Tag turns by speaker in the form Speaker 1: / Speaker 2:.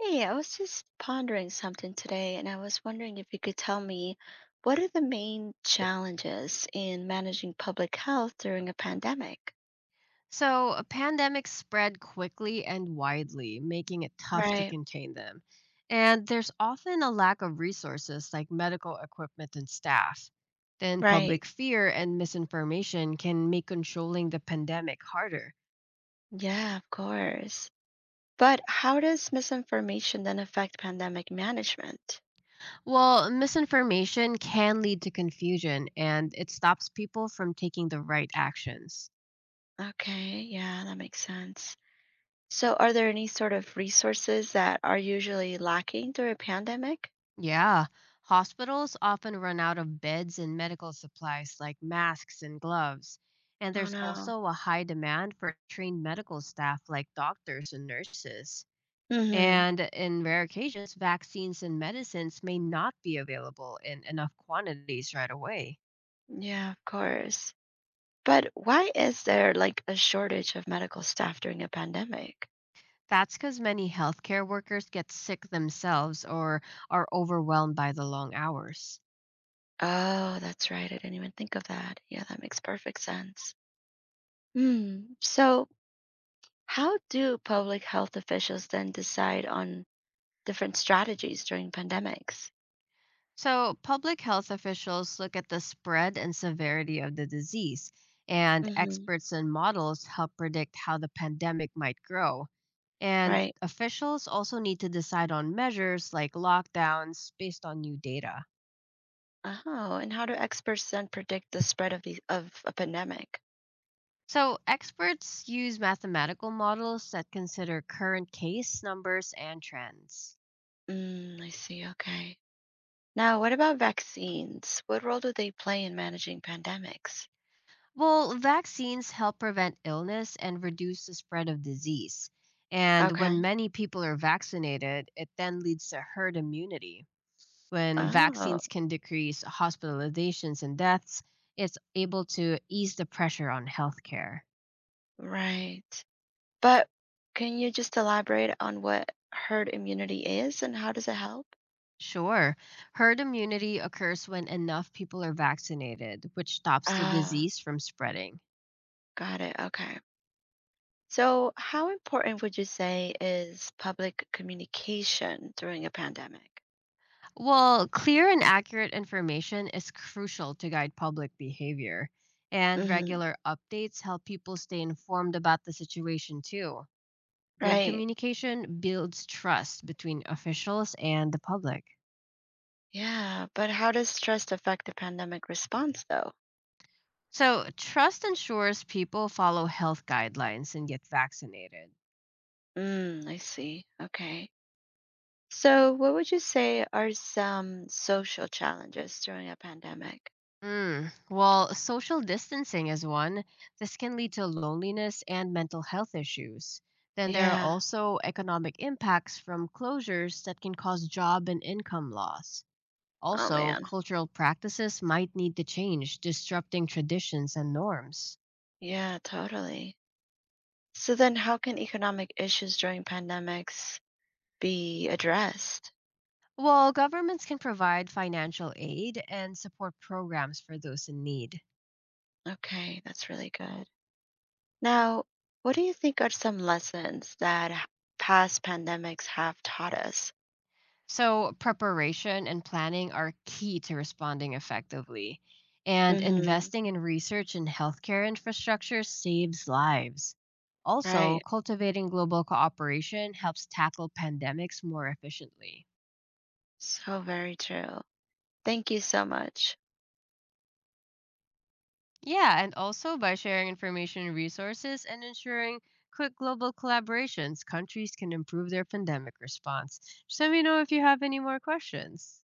Speaker 1: Hey, I was just pondering something today, and I was wondering if you could tell me what are the main challenges in managing public health during a pandemic?
Speaker 2: So, pandemics spread quickly and widely, making it tough to
Speaker 1: Right,
Speaker 2: contain them. And there's often a lack of resources like medical equipment and staff. Then,
Speaker 1: right.
Speaker 2: public fear and misinformation can make controlling the pandemic harder.
Speaker 1: Yeah, of course. But how does misinformation then affect pandemic management?
Speaker 2: Well, misinformation can lead to confusion and it stops people from taking the right actions.
Speaker 1: Okay, yeah, that makes sense. So, are there any sort of resources that are usually lacking during a pandemic?
Speaker 2: Yeah, hospitals often run out of beds and medical supplies like masks and gloves. And
Speaker 1: Oh,
Speaker 2: there's
Speaker 1: no.
Speaker 2: also a high demand for trained medical staff like doctors and nurses.
Speaker 1: Mm-hmm.
Speaker 2: And in rare occasions, vaccines and medicines may not be available in enough quantities right away.
Speaker 1: Yeah, of course. But why is there like a shortage of medical staff during a pandemic?
Speaker 2: That's because many healthcare workers get sick themselves or are overwhelmed by the long hours.
Speaker 1: Oh, that's right. I didn't even think of that. Yeah, that makes perfect sense. Hmm. So, how do public health officials then decide on different strategies during pandemics?
Speaker 2: So, public health officials look at the spread and severity of the disease, and
Speaker 1: Hmm.
Speaker 2: experts and models help predict how the pandemic might grow. And
Speaker 1: Right.
Speaker 2: officials also need to decide on measures like lockdowns based on new data.
Speaker 1: Oh, and how do experts then predict the spread of the of a pandemic?
Speaker 2: So, experts use mathematical models that consider current case numbers and trends.
Speaker 1: Mm, I see. Okay. Now, what about vaccines? What role do they play in managing pandemics?
Speaker 2: Well, vaccines help prevent illness and reduce the spread of disease. And when
Speaker 1: Okay.
Speaker 2: many people are vaccinated, it then leads to herd immunity. When
Speaker 1: Oh,
Speaker 2: vaccines can decrease hospitalizations and deaths, it's able to ease the pressure on healthcare.
Speaker 1: right. But can you just elaborate on what herd immunity is and how does it help?
Speaker 2: Sure, herd immunity occurs when enough people are vaccinated, which stops the
Speaker 1: Ah,
Speaker 2: disease from spreading.
Speaker 1: got it. Okay. So, how important would you say is public communication during a pandemic?
Speaker 2: Well, clear and accurate information is crucial to guide public behavior, and
Speaker 1: Hmm.
Speaker 2: regular updates help people stay informed about the situation too. Good
Speaker 1: Right.
Speaker 2: communication builds trust between officials and the public.
Speaker 1: Yeah. But how does stress affect the pandemic response, though?
Speaker 2: So, trust ensures people follow health guidelines and get vaccinated.
Speaker 1: Mm, I see. Okay. So, what would you say are some social challenges during a pandemic?
Speaker 2: Mm. Well, social distancing is one. This can lead to loneliness and mental health issues. Then there are
Speaker 1: Yeah.
Speaker 2: also economic impacts from closures that can cause job and income loss.
Speaker 1: Oh,
Speaker 2: Also,
Speaker 1: man.
Speaker 2: cultural practices might need to change, disrupting traditions and norms.
Speaker 1: Yeah, totally. So then how can economic issues during pandemics be addressed?
Speaker 2: Well, governments can provide financial aid and support programs for those in need.
Speaker 1: Okay, that's really good. Now, what do you think are some lessons that past pandemics have taught us?
Speaker 2: So, preparation and planning are key to responding effectively. And
Speaker 1: Hmm.
Speaker 2: investing in research and healthcare infrastructure saves lives. Also,
Speaker 1: Right.
Speaker 2: cultivating global cooperation helps tackle pandemics more efficiently.
Speaker 1: So very true. Thank you so much.
Speaker 2: Yeah, and also by sharing information and resources and ensuring quick global collaborations, countries can improve their pandemic response. Just let me know if you have any more questions.